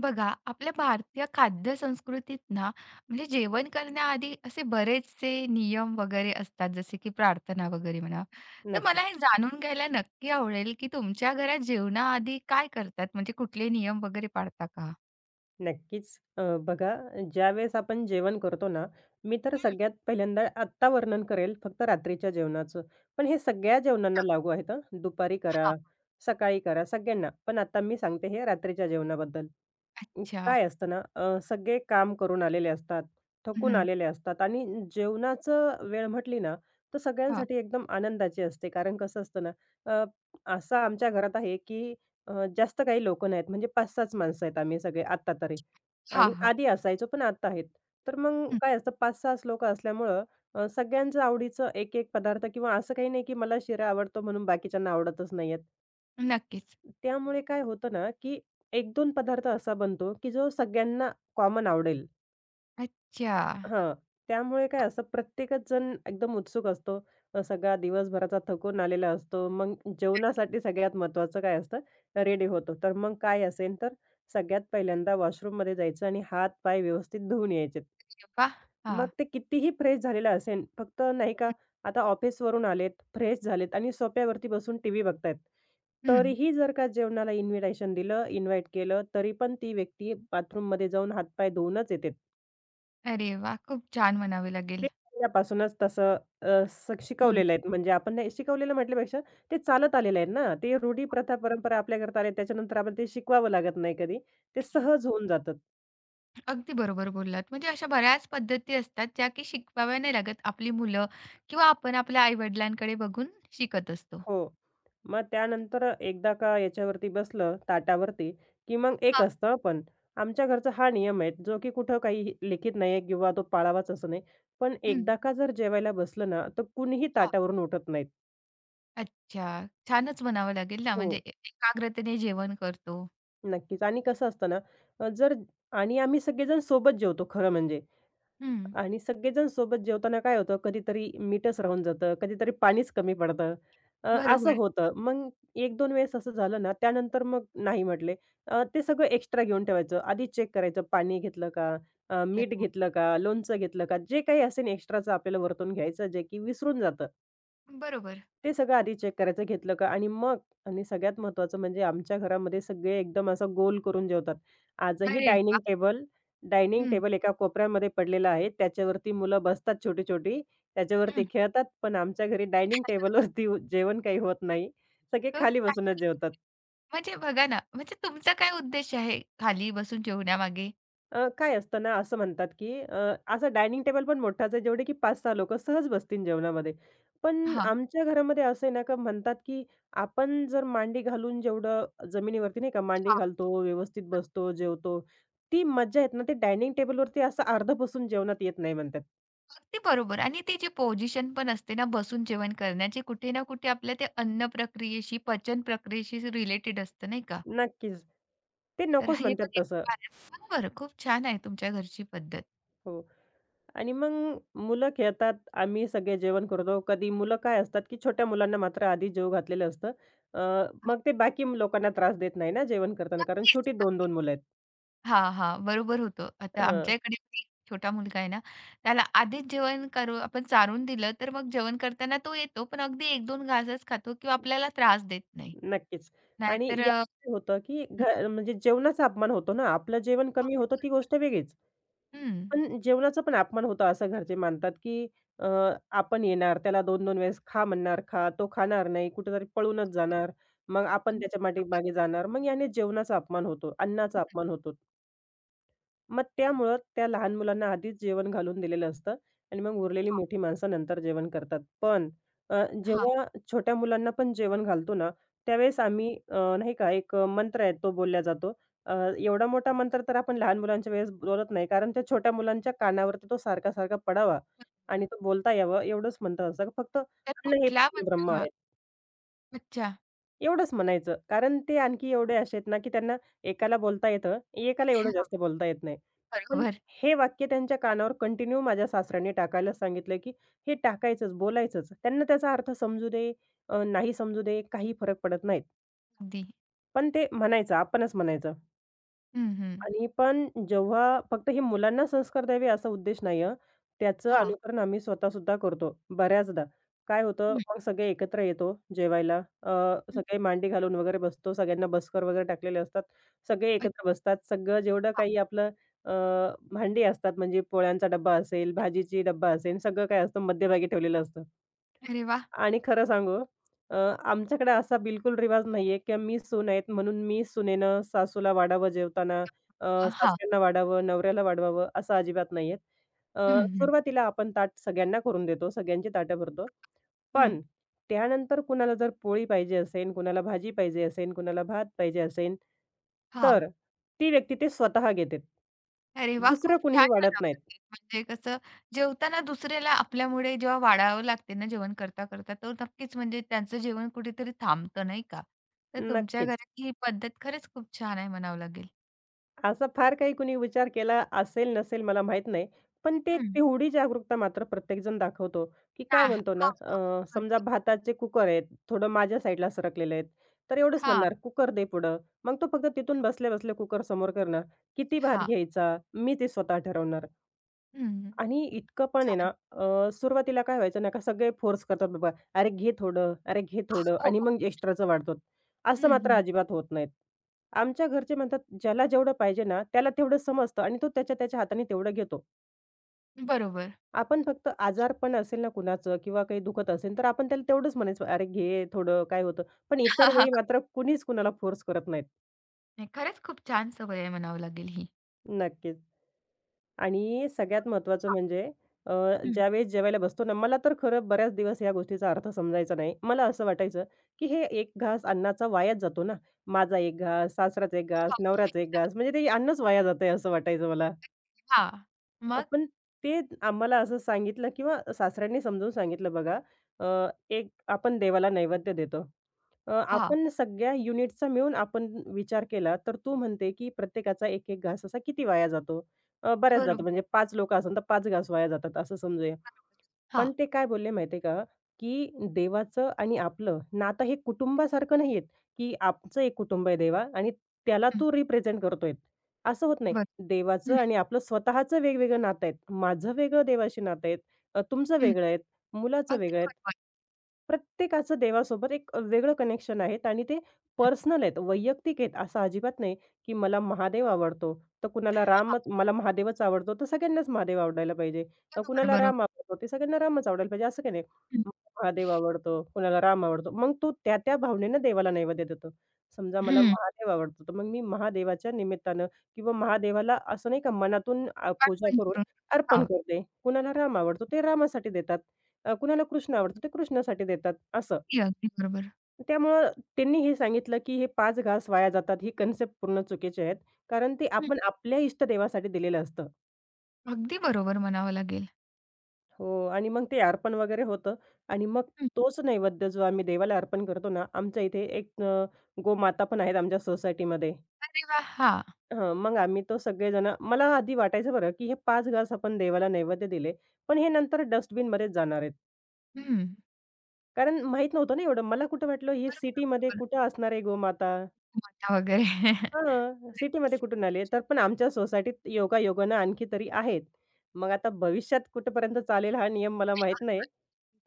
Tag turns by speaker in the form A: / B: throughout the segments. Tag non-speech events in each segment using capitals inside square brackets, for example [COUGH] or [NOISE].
A: बघा, आपल्या भारतीय खाद्य संस्कृतीत ना, म्हणजे जेवण करण्याआधी असे बरेचसे नियम वगैरे असतात, जसे की प्रार्थना वगैरे म्हणा. तर
B: नक्कीच,
A: मला हे जाणून घ्यायला नक्की आवडेल, की तुमच्या घरात जेवणाआधी काय करतात? म्हणजे कुठले नियम वगैरे पाळता का?
B: नक्कीच. बघा. ज्यावेळेस आपण जेवण करतो ना, मी तर
A: हं.
B: सगळ्यात पहिल्यांदा आत्ता वर्णन करेल फक्त रात्रीच्या जेवणाचं. पण हे सगळ्या जेवणांना लागू आहेत हं. दुपारी करा,
A: हां,
B: सकाळी करा, सगळ्यांना. पण आता मी सांगते हे रात्रीच्या जेवणाबद्दल.
A: अच्छा.
B: काय असतं ना, सगळे काम करून आलेले असतात,
A: हं,
B: थकून
A: हं.
B: आलेले असतात आणि जेवणाचं वेळ म्हटली ना, तर
A: हां,
B: सगळ्यांसाठी एकदम आनंदाची असते. कारण कसं असतं ना, अ, असं आमच्या घरात आहे, की जास्त काही लोकं नाहीत. म्हणजे 5-6 माणसं आहेत आम्ही सगळे आत्ता तरी
A: हां,
B: आणि
A: हां.
B: आधी असायचो पण आत्ता आहेत. तर मग काय असतं 5-6 लोकं असल्यामुळं सगळ्यांचं आवडीचं एक-एक पदार्थ किंवा असं काही नाही, की मला शिरा आवडतो म्हणून बाकीच्यांना आवडतच नाहीयेत.
A: नक्कीच.
B: त्यामुळे काय होतं ना, की एक 2 पदार्थ असा बनतो, की जो सगळ्यांना कॉमन आवडेल.
A: अच्छा.
B: हां. त्यामुळे काय असतं प्रत्येकच जण एकदम उत्सुक असतो. सगळा दिवसभराचा थकून आलेला असतो. मग जेवणासाठी सगळ्यात महत्त्वाचं काय असतं रेडी होतो. तर मग काय असेल तर सगळ्यात पहिल्यांदा वॉशरूममध्ये जायचं आणि हात-पाय व्यवस्थित धुवून यायचे.
A: अरे वाह!
B: मग
A: हां.
B: ते कितीही फ्रेश झालेलं असेन, फक्त नाही का
A: हं,
B: आता ऑफिसवरून आलेत, फ्रेश झालेत आणि सोफ्यावरती बसून टीव्ही बघतायत. तरीही जर का जेवणाला इन्व्हिटेशन दिलं, इन्व्हाईट केलं, तरी पण ती व्यक्ती बाथरूममध्ये जाऊन हातपाय धुवूनच येते.
A: अरे वाह! खूप छान म्हणावे
B: ते
A: लागेल.
B: पहिल्यापासूनच तसं अ, स
A: हं.
B: शिकवलेलं आहेत. म्हणजे आपण नाही शिकवलेलं म्हटल्यापेक्षा ते चालत आलेलं आहे ना. ते रूढी, प्रथा, परंपरा आपल्याकरता आल्या, त्याच्यानंतर आपण ते शिकवावं लागत नाही कधी. ते सहज होऊन जातं.
A: अगदी बरोबर बोललात. म्हणजे अशा बऱ्याच पद्धती असतात, ज्या की शिकवाव्या नाही लागत. आपली मुलं किंवा आपण आपल्या आई-वडिलांकडे बघून शिकत असतो.
B: हो. मग त्यानंतर एकदा का याच्यावरती बसलं ताटावरती, की मग एक
A: हां.
B: असतं पण. आमच्या घरचा हा नियम आहे, जो की कुठं काही लिखित नाही आहे किंवा तो पाळावाच असं नाही. पण
A: हं.
B: एकदा का जर जेवायला बसलं ना, तर कुणीही
A: हां.
B: ताटावरून उठत नाहीत.
A: अच्छा. छानच म्हणावं लागेल ना, म्हणजे
B: हो,
A: ए एकाग्रतेने जेवण करतो.
B: नक्कीच. आणि कसं असतं ना, जर आणि आम्ही सगळेजण सोबत जेवतो खरं म्हणजे.
A: हं.
B: आणि सगळेजण सोबत जेवताना काय होतं, कधीतरी मीठच राहून जातं, कधीतरी पाणीच कमी पडतं. अ, असं
A: बरोबर.
B: होतं. मग 1-2 वेळेस असं झालं ना, त्यानंतर मग नाही म्हटले. ते सगळं एक्स्ट्रा घेऊन ठेवायचं. आधी चेक करायचं पाणी घेतलं का? मीठ घेतलं का? लोणचं घेतलं का? जे काही असेल एक्स्ट्राचं आपल्याला वरतून घ्यायचं, जे की विसरून जातं.
A: बरोबर.
B: ते सगळं आधी चेक करायचं घेतलं का आणि मग आणि सगळ्यात महत्त्वाचं म्हणजे आमच्या घरामध्ये सगळे एकदम असं गोल करून जेवतात. आजही
A: अरे वाह!
B: डायनिंग
A: हं,
B: टेबल एका कोपऱ्यामध्ये पडलेला आहे. त्याच्यावरती मुलं बसतात छोटी-छोटी. त्याच्यावर ते
A: हं.
B: खेळतात. पण आमच्या घरी डायनिंग
A: [LAUGHS]
B: टेबलवरती जेवण काही होत नाही. सगळे
A: खूप
B: खाली बसूनच
A: छान.
B: जेवतात.
A: म्हणजे बघा ना, म्हणजे तुमचा काय उद्देश आहे खाली बसून जेवण्यामागे?
B: काय असतं ना, असं म्हणतात, की असा डायनिंग टेबल पण मोठाच आहे, जेवढे की 5-6 लोकं सहज बसतील जेवणामध्ये. पण
A: हां.
B: आमच्या घरामध्ये असं आहे ना, का म्हणतात, की आपण जर मांडी घालून जेवढं जमिनीवरती नाही का मांडी घालतो, व्यवस्थित बसतो, जेवतो, ती मज्जा येत ना, ते डायनिंग टेबलवरती असं अर्धं बसून जेवणात येत नाही म्हणतात.
A: अगदी बरोबर आणि ती जी पोझिशन पण असते ना बसून जेवण करण्याची कुठे ना कुठे आपल्या ते अन्न प्रक्रियेशी, पचन प्रक्रियेशी रिलेटेड असतं नाही का?
B: नक्कीच. ते
A: तर
B: नकोच
A: हे
B: म्हणतात
A: पण एक
B: तसं.
A: कारण बरोबर खूप छान आहे तुमच्या घरची पद्धत.
B: हो. आणि मग मुलं खेळतात, आम्ही सगळे जेवण करतो. कधी मुलं काय असतात, की छोट्या मुलांना मात्र आधी जेवू घातलेलं असतं. अ,
A: हां,
B: मग ते बाकी लोकांना त्रास देत नाही ना जेवण करताना, कारण
A: नक्कीच,
B: छोटी 2-2
A: नक्कीच.
B: मुलं आहेत.
A: हां, हां. बरोबर होतं. आता
B: हं,
A: आमच्या इकडे पण एक छोटा मुलगा आहे ना, त्याला आधीच जेवण करू आपण चारून दिलं तर मग जेवण करताना तो येतो, पण अगदी 1-2 घासच खातो किंवा आपल्याला त्रास देत नाही.
B: नक्कीच. आणि
A: नाहीतर
B: यात होतं, की
A: हं,
B: म्हणजे जेवणाचा अपमान होतो ना. आपलं जेवण कमी
A: अगदी
B: होतं ती गोष्ट
A: बरोबर.
B: वेगळीच.
A: हं.
B: पण जेवणाचा पण अपमान होतो असं घरचे मानतात, की अ, आपण येणार, त्याला 2-2 वेळेस खा म्हणणार, खा. तो खाणार नाही, कुठेतरी पळूनच जाणार. मग आपण त्याच्या
A: बरोबर.
B: पाठीमागे जाणार. मग याने जेवणाचा अपमान होतो, अन्नाचा
A: हं.
B: अपमान होतो. मग त्यामुळं त्या लहान मुलांना आधीच जेवण घालून दिलेलं असतं आणि मग उरलेली
A: हां.
B: मोठी माणसं नंतर जेवण करतात. पण
A: हां.
B: जेव्हा छोट्या मुलांना पण जेवण घालतो ना, त्यावेळेस आम्ही नाही का एक मंत्र आहे तो बोलला जातो. एवढा मोठा मंत्र तर आपण लहान मुलांच्या वेळेस बोलत नाही, कारण त्या छोट्या मुलांच्या कानावरती तो सारखा-सारखा पडावा आणि
A: बरोबर.
B: तो बोलता यावं एवढंच मंत्र असतं. फक्त
A: तर
B: अन्न हे
A: कुठला
B: ब्रह्म
A: मध्यम
B: आहे.
A: अच्छा.
B: एवढंच म्हणायचं. कारण ते आणखी एवढे असे आहेत ना, की त्यांना एकाला बोलता येतं, एकाला एवढं
A: हां,
B: जास्त बोलता येत नाही. पण
A: बरोबर.
B: हे वाक्य त्यांच्या कानावर कंटिन्यू माझ्या सासऱ्यांनी टाकायलाच सांगितलं, की हे टाकायचंच, बोलायचंच. त्यांना त्याचा अर्थ समजू दे, नाही समजू दे, काही फरक पडत नाहीत.
A: अगदी.
B: पण ते म्हणायचं, आपणच म्हणायचं.
A: हं, हं.
B: आणि पण जेव्हा फक्त हे मुलांना संस्कार द्यावे असा उद्देश नाही हं. त्याचं
A: हां.
B: अनुकरण आम्ही स्वतःसुद्धा करतो बऱ्याचदा. काय होतं
A: हं,
B: मग सगळे एकत्र येतो जेवायला. अ,
A: हं.
B: सगळे मांडी घालून वगैरे बसतो. सगळ्यांना बसकर वगैरे टाकलेले असतात. सगळे
A: अच्छा.
B: एकत्र बसतात. सगळं जेवढं काही आपलं अ, भांडी असतात म्हणजे पोळ्यांचा डब्बा असेल, भाजीची डब्बा असेल, सगळं काय असतं मध्यभागी ठेवलेलं असतं.
A: अरे वाह!
B: आणि खरं सांगू, अ, आमच्याकडे असा बिलकुल रिवाज नाहीये, की मी सून आहेत म्हणून मी सुनेनं सासूला वाढावं जेवताना,
A: हां.
B: सासऱ्यांना वाढावं, नवऱ्याला वाढवावं असं अजिबात नाहीये. अ,
A: हं, हं.
B: सुरुवातीला आपण ताट सगळ्यांना करून देतो, सगळ्यांची ताटं भरतो.
A: हं.
B: पण त्यानंतर कुणाला जर पोळी पाहिजे असेल, कुणाला भाजी पाहिजे असेल, कुणाला भात पाहिजे असेल,
A: हां.
B: तर ती व्यक्ती ते स्वतः घेते.
A: अरे वाह!
B: दुसरं
A: खूप
B: कुणीही
A: छान
B: वाढत
A: म्हणावं
B: नाहीत.
A: लागेल. म्हणजे कसं जेवताना दुसऱ्याला आपल्यामुळे जेव्हा वाढावं लागते ना जेवण करता, करता तर नक्कीच म्हणजे त्यांचं जेवण कुठेतरी थांबतं नाही का? तर तुमच्या
B: नक्कीच.
A: घरात ही पद्धत खरंच खूप छान आहे म्हणावं लागेल.
B: असा फार काही कुणी विचार केला असेल, नसेल मला माहीत नाही. पण ते
A: हं.
B: तेवढी जागरूकता मात्र प्रत्येकजण दाखवतो, की
A: हां,
B: काय
A: हां,
B: म्हणतो ना,
A: हां. बरोबर.
B: समजा भाताचे कुकर आहेत, थोडं माझ्या साईडला सरकलेले आहेत, तर एवढंच
A: हां,
B: म्हणणार, "कुकर दे पुढं." मग तो फक्त तिथून बसल्या-बसल्या कुकर समोर करणार. किती भात
A: हां.
B: घ्यायचा? मी ते स्वतः ठरवणार.
A: हं,
B: आणि इतकं पण आहे ना,
A: छान.
B: सुरुवातीला काय व्हायचं ना, का सगळे फोर्स करतात बाबा, "अरे घे थोडं, अरे घे थोडं"
A: हो,
B: आणि
A: हो.
B: मग एक्स्ट्राचं वाढतो. असं
A: हं,
B: मात्र
A: हं.
B: अजिबात होत नाहीत. आमच्या घरचे म्हणतात, "ज्याला जेवढं पाहिजे ना, त्याला तेवढं समजतं आणि तो त्याच्या त्याच्या हाताने तेवढं घेतो."
A: बरोबर.
B: आपण फक्त आजारपण असेल ना कुणाचं किंवा काही दुखत असेल, तर आपण त्याला तेवढंच म्हणायचं, "अरे घे थोडं, काय होतं?" पण
A: [LAUGHS]
B: इतर
A: हां, हां,
B: वेळी
A: हां.
B: मात्र कुणीच कुणाला फोर्स करत नाहीत.
A: नाही, खरंच खूप छान सवय आहे म्हणावं लागेल ही.
B: नक्कीच. आणि सगळ्यात महत्त्वाचं
A: हां,
B: म्हणजे, अ,
A: हं.
B: ज्यावेळेस जेवायला बसतो ना, मला तर खरं बऱ्याच दिवस या गोष्टीचा अर्थ समजायचा नाही. मला असं वाटायचं, की हे एक घास अन्नाचा वायाच जातो ना. माझा एक घास, सासराचा एक घास,
A: हां,
B: नवऱ्याचा एक घास म्हणजे ते अन्नच वाया जातंय असं वाटायचं मला.
A: हां. मग?
B: पण ते आम्हाला असं सांगितलं किंवा सासऱ्यांनी समजावून सांगितलं बघा, अ, एक आपण देवाला नैवेद्य देतो.
A: हां,
B: आपण सगळ्या युनिटचा मिळून आपण विचार केला, तर तू म्हणते की प्रत्येकाचा एक-एक घास असा किती वाया जातो? बऱ्याच जातो
A: बरोबर,
B: म्हणजे पाच लोकं असेल तर 5 घास वाया जातात असं समजूया.
A: बरोबर. हां,
B: पण ते काय बोलले माहिती आहे का, की देवाचं आणि आपलं नातं हे कुटुंबासारखं नाही आहेत, की आमचं एक कुटुंब आहे देवा आणि त्याला
A: हं,
B: तू रिप्रेझेंट करतोय. असं होत नाही.
A: बरं.
B: देवाचं
A: हं,
B: आणि आपलं स्वतःचं वेगवेगळं नातं आहेत. माझं वेगळं देवाशी नातं आहेत, तुमचं
A: हं.
B: वेगळं आहेत, मुलाचं
A: अगदी
B: वेगळं आहेत.
A: बरोबर.
B: प्रत्येकाचं देवासोबत एक वेगळं कनेक्शन आहेत आणि ते पर्सनल आहेत, वैयक्तिक आहेत. असं अजिबात नाही, की मला महादेव आवडतो, तर कुणाला राम
A: हां,
B: मला महादेवच आवडतो, तर सगळ्यांनाच महादेव आवडायला पाहिजे.
A: बरोबर,
B: कुणाला
A: बरोबर.
B: राम आवडतो, ते सगळ्यांना रामच आवडायला पाहिजे असं काही नाही.
A: हं,
B: महादेव आवडतो, कुणाला राम आवडतो. मग तो त्या-त्या भावनेनं देवाला नैवेद्य देतो. समजा मला
A: हं.
B: महादेव आवडतो, तर मग मी महादेवाच्या निमित्तानं किंवा महादेवाला असं नाही का मनातून पूजा
A: आठवण
B: करून
A: करून.
B: अर्पण
A: हां,
B: करते. कुणाला राम आवडतो, ते रामासाठी देतात. कुणाला कृष्ण आवडतो, ते कृष्णासाठी देतात असं.
A: अगदी, अगदी बरोबर.
B: त्यामुळं त्यांनी हे सांगितलं, की हे 5 घास वाया जातात, ही कन्सेप्ट पूर्ण चुकीची आहेत. कारण ते
A: हं.
B: आपण आपल्या इष्टदेवासाठी दिलेलं असतं.
A: अगदी बरोबर म्हणावं लागेल.
B: हो आणि मग ते अर्पण वगैरे होतं आणि मग
A: हं.
B: तोच नैवेद्य जो आम्ही देवाला अर्पण करतो ना, आमच्या इथे एक गोमाता पण आहेत आमच्या सोसायटीमध्ये.
A: अरे वाह! हां,
B: हं, मग आम्ही तो सगळेजणं मला आधी वाटायचं बरं, की हे 5 घास आपण देवाला नैवेद्य दिले, पण हे नंतर डस्टबिनमध्येच जाणार आहेत.
A: हं.
B: कारण माहीत नव्हतं ना एवढं. मला कुठं वाटलं ही
A: बरोबर,
B: सिटीमध्ये
A: बरोबर.
B: कुठं असणार आहे गोमाता?
A: माता वगैरे.
B: हां,
A: [LAUGHS]
B: सिटीमध्ये
A: नक्कीच.
B: कुठून आले? तर पण आमच्या सोसायटीत योगायोगानं आणखी तरी आहेत. मग आता भविष्यात कुठपर्यंत चालेल हा नियम मला माहीत नाही.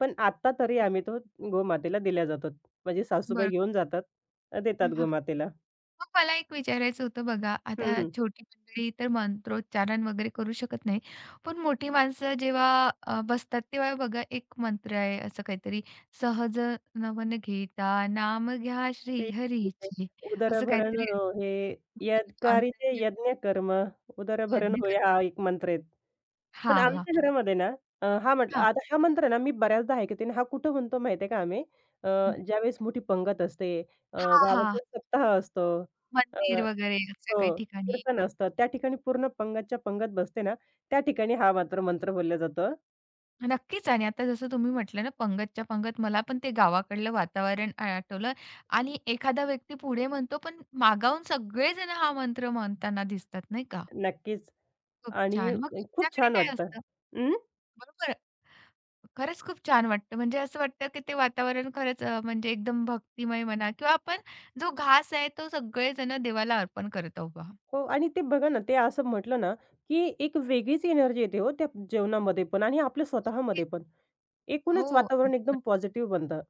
B: पण आता तरी आम्ही तो गोमातेला दिला जातो. म्हणजे सासूबाई घेऊन
A: बरोबर.
B: जातात, देतात गोमातेला.
A: मग मला एक विचारायचं होतं बघा,
B: हं,
A: आता
B: हं.
A: छोटी मंडळी तर मंत्रोच्चारण वगैरे करू शकत नाही. पण मोठी माणसं जेव्हा बसतात तेव्हा बघा एक मंत्र आहे असं काहीतरी, "सहज नवन घेता नाम घ्या श्री
B: स्त्री
A: हरीची" असं
B: उदरभरण
A: काहीतरी
B: हो, हे यत्कार्ये
A: आनंदाची
B: यज्ञ कर्म उदरभरण
A: प्रयत्न
B: होय
A: करतात.
B: हा एक मंत्र आहे. पण
A: हां, हां.
B: आमच्या घरामध्ये ना, हा म्हटलं
A: हां.
B: आता हा मंत्र ना मी बऱ्याचदा ऐकते आणि हा कुठं म्हणतो माहिती आहे का आम्ही, अ, ज्यावेळेस मोठी पंगत असते, अ,
A: हां, हां.
B: गावाचा सप्ताह असतो, अ,
A: मंदिर वगैरे अशा काही
B: हो,
A: ठिकाणी.
B: कीर्तन असतं. त्या ठिकाणी पूर्ण पंगतच्या पंगत बसते ना, त्या ठिकाणी हा मात्र मंत्र बोलला जातो.
A: नक्कीच आणि आता जसं तुम्ही म्हटलं ना, पंगतच्या पंगत मला पण ते गावाकडलं वातावरण आ आठवलं आणि एखादा व्यक्ती पुढे म्हणतो, पण मागाहून सगळेजण हा मंत्र म्हणताना दिसतात, नाही का?
B: नक्कीच
A: खूप छान. मग
B: आणि खूप
A: तुमच्याकडे
B: छान
A: काय
B: वाटतं.
A: असतं?
B: अं,
A: बरोबर. खरंच खूप छान वाटतं. म्हणजे असं वाटतं, की ते वातावरण खरंच म्हणजे एकदम भक्तिमय म्हणा किंवा आपण जो घास आहे, तो सगळेजण देवाला अर्पण करत आहोत बा.
B: हो आणि ते बघा ना, ते असं म्हटलं ना, की एक वेगळीच एनर्जी येते हो त्या जेवणामध्ये पण आणि आपल्या स्वतःमध्ये पण.
A: हो,
B: एकूणच वातावरण
A: अगदी
B: एकदम
A: बरोबर.
B: पॉझिटिव्ह बनतं.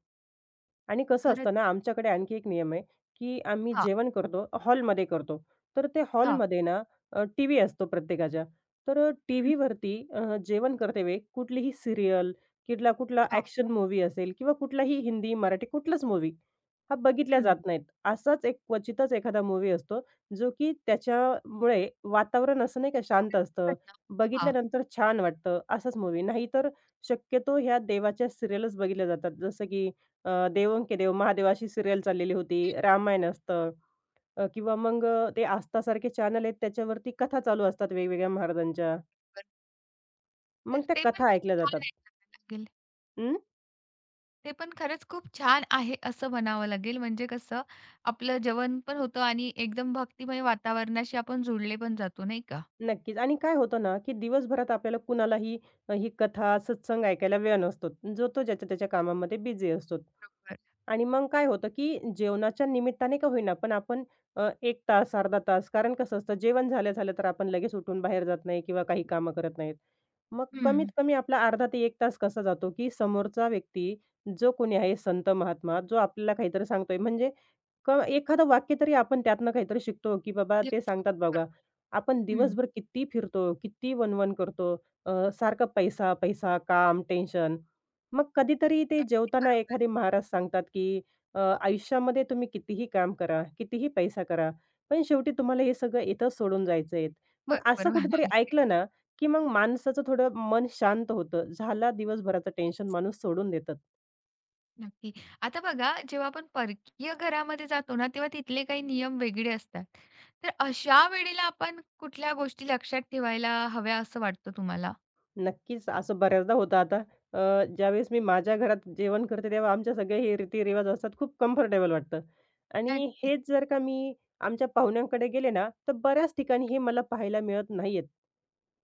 B: आणि कसं
A: खरंच.
B: असतं ना, आमच्याकडे आणखी एक नियम आहे, की आम्ही
A: हां,
B: जेवण करतो, हॉलमध्ये करतो. तर ते
A: हां.
B: हॉलमध्ये ना, टीव्ही असतो प्रत्येकाच्या. तर
A: हं,
B: टीव्हीवरती, जेवण करतेवेळी कुठलीही सीरियल, कुठला कुठला
A: हां.
B: ॲक्शन मूव्ही असेल किंवा कुठलाही हिंदी, मराठी कुठलाच मूव्ही हा बघितल्या
A: हं.
B: जात नाहीत. असाच एक क्वचितच एखादा मूव्ही असतो, जो की त्याच्यामुळे वातावरण असं नाही का शांत असतं.
A: हां.
B: बघितल्यानंतर छान वाटतं, असाच मूव्ही. नाहीतर शक्यतो ह्या देवाच्या सीरियलच बघितल्या जातात. जसं की "देवोंके देव" महादेव अशी चाललेली होती. रामायण असतं, किंवा मग ते आस्थासारखे चॅनल आहेत त्याच्यावरती कथा चालू असतात वेगवेगळ्या महाराजांच्या. मग
A: तर
B: त्या
A: ते पण
B: कथा
A: खूप
B: ऐकल्या
A: छान
B: जातात.
A: आहे म्हणावं लागेल. ते पण खरंच खूप छान आहे असं म्हणावं लागेल. म्हणजे कसं आपलं जेवण पण होतं आणि एकदम भक्तिमय वातावरणाशी आपण जोडले पण जातो, नाही का?
B: नक्कीच. आणि काय होतं ना, की दिवसभरात आपल्याला कुणालाही ही कथा, सत्संग ऐकायला वेळ नसतो. जो तो ज्याच्या-त्याच्या कामामध्ये बिझी असतो.
A: बरोबर.
B: आणि मग काय होतं, की जेवणाच्या निमित्ताने का होईना, पण आपण एक तास, अर्धा तास कारण कसं असतं जेवण झाल्या-झाल्या तर आपण लगेच उठून बाहेर जात नाही किंवा काही कामं करत नाहीत. मग
A: हं.
B: कमीत कमी आपला अर्धा ते 1 तास कसा जातो, की समोरचा व्यक्ती जो कोणी आहे संत, महात्मा जो आपल्याला काहीतरी सांगतोय म्हणजे एखादं वाक्य तरी आपण त्यातनं काहीतरी शिकतो, की बाबा
A: घेऊ
B: ते
A: शकतो.
B: सांगतात बघा
A: बरोबर.
B: आपण
A: हं.
B: दिवसभर किती फिरतो, किती वणवण करतो. अ, सारखं पैसा, पैसा, काम, टेन्शन. मग कधीतरी ते
A: अगदी
B: जेवताना
A: बरोबर.
B: एखादे महाराज सांगतात, की आयुष्यामध्ये तुम्ही कितीही काम करा, कितीही पैसा करा, पण शेवटी तुम्हाला हे सगळं इथंच सोडून जायचं आहे. मग असं
A: बरोबर
B: कुठेतरी
A: म्हणावं
B: ऐकलं ना, की मग माणसाचं थोडं मन शांत होतं. झाला दिवसभराचं टेन्शन माणूस सोडून देतं.
A: नक्की. आता बघा जेव्हा आपण परकीय घरामध्ये जातो ना, तेव्हा तिथले काही नियम वेगळे असतात. तर अशा वेळेला आपण कुठल्या गोष्टी लक्षात ठेवायला हव्या असं वाटतं तुम्हाला?
B: नक्कीच, असं बऱ्याचदा होतं आता, ज्यावेळेस मी माझ्या घरात जेवण करते, तेव्हा आमच्या सगळे हे रीतिरिवाज असतात. खूप कम्फर्टेबल वाटतं आणि
A: नक्कीच.
B: हेच जर का मी आमच्या पाहुण्यांकडे गेले ना, तर बऱ्याच ठिकाणी हे मला पाहायला मिळत नाहीयेत.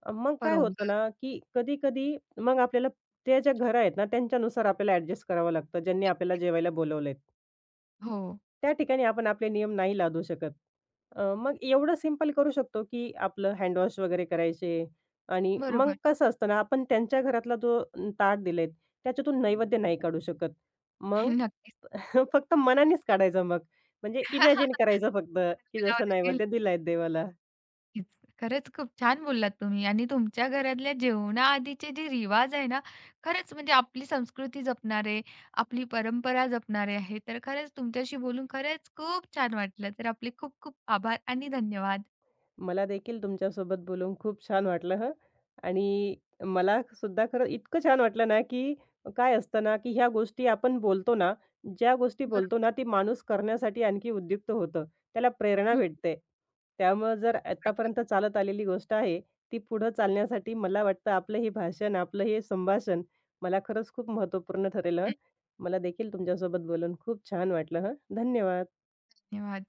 B: मग काय होतं
A: बरोबर.
B: ना, की कधी-कधी मग आपल्याला त्या ज्या घरं आहेत ना, त्यांच्यानुसार आपल्याला ॲडजस्ट करावं लागतं, ज्यांनी आपल्याला जेवायला बोलावलंय.
A: हो,
B: त्या ठिकाणी आपण आपले नियम नाही लादू शकत. मग एवढं सिंपल करू शकतो, की आपलं हँड वॉश वगैरे करायचे आणि मग
A: बरोबर.
B: कसं असतं ना, आपण त्यांच्या घरातला जो, ताट दिलेत, त्याच्यातून नैवेद्य नाही काढू शकत.
A: [LAUGHS]
B: मग
A: नक्कीच.
B: [LAUGHS] फक्त मनानेच काढायचा मग. म्हणजे इमॅजिन करायचं फक्त, की
A: बनावं
B: जसं
A: लागेल
B: नैवेद्य दिलाय देवाला.
A: नक्कीच. खरंच खूप छान बोललात तुम्ही आणि तुमच्या घरातल्या जेवणाआधीचे जे रिवाज आहे ना, खरंच म्हणजे आपली संस्कृती जपणारे, आपली परंपरा जपणारे आहे. तर खरंच तुमच्याशी बोलून खरंच खूप छान वाटलं. तर आपले खूप खूप आभार आणि धन्यवाद.
B: मला देखील तुमच्यासोबत बोलून खूप छान वाटलं हं. आणि मला सुद्धा खरं इतकं छान वाटलं ना, की काय असतं ना, की ह्या गोष्टी आपण बोलतो ना, ज्या गोष्टी बोलतो
A: बरोबर.
B: ना, ती माणूस करण्यासाठी आणखी उद्युक्त होतं. त्याला प्रेरणा
A: हं,
B: भेटते. त्यामुळं जर आत्तापर्यंत चालत आलेली गोष्ट आहे, ती पुढं चालण्यासाठी मला वाटतं आपलं हे भाषण, आपलं हे संभाषण मला खरंच खूप महत्त्वपूर्ण ठरेल हं.
A: हं,
B: मला देखील तुमच्यासोबत बोलून खूप छान वाटलं हं. धन्यवाद.
A: धन्यवाद.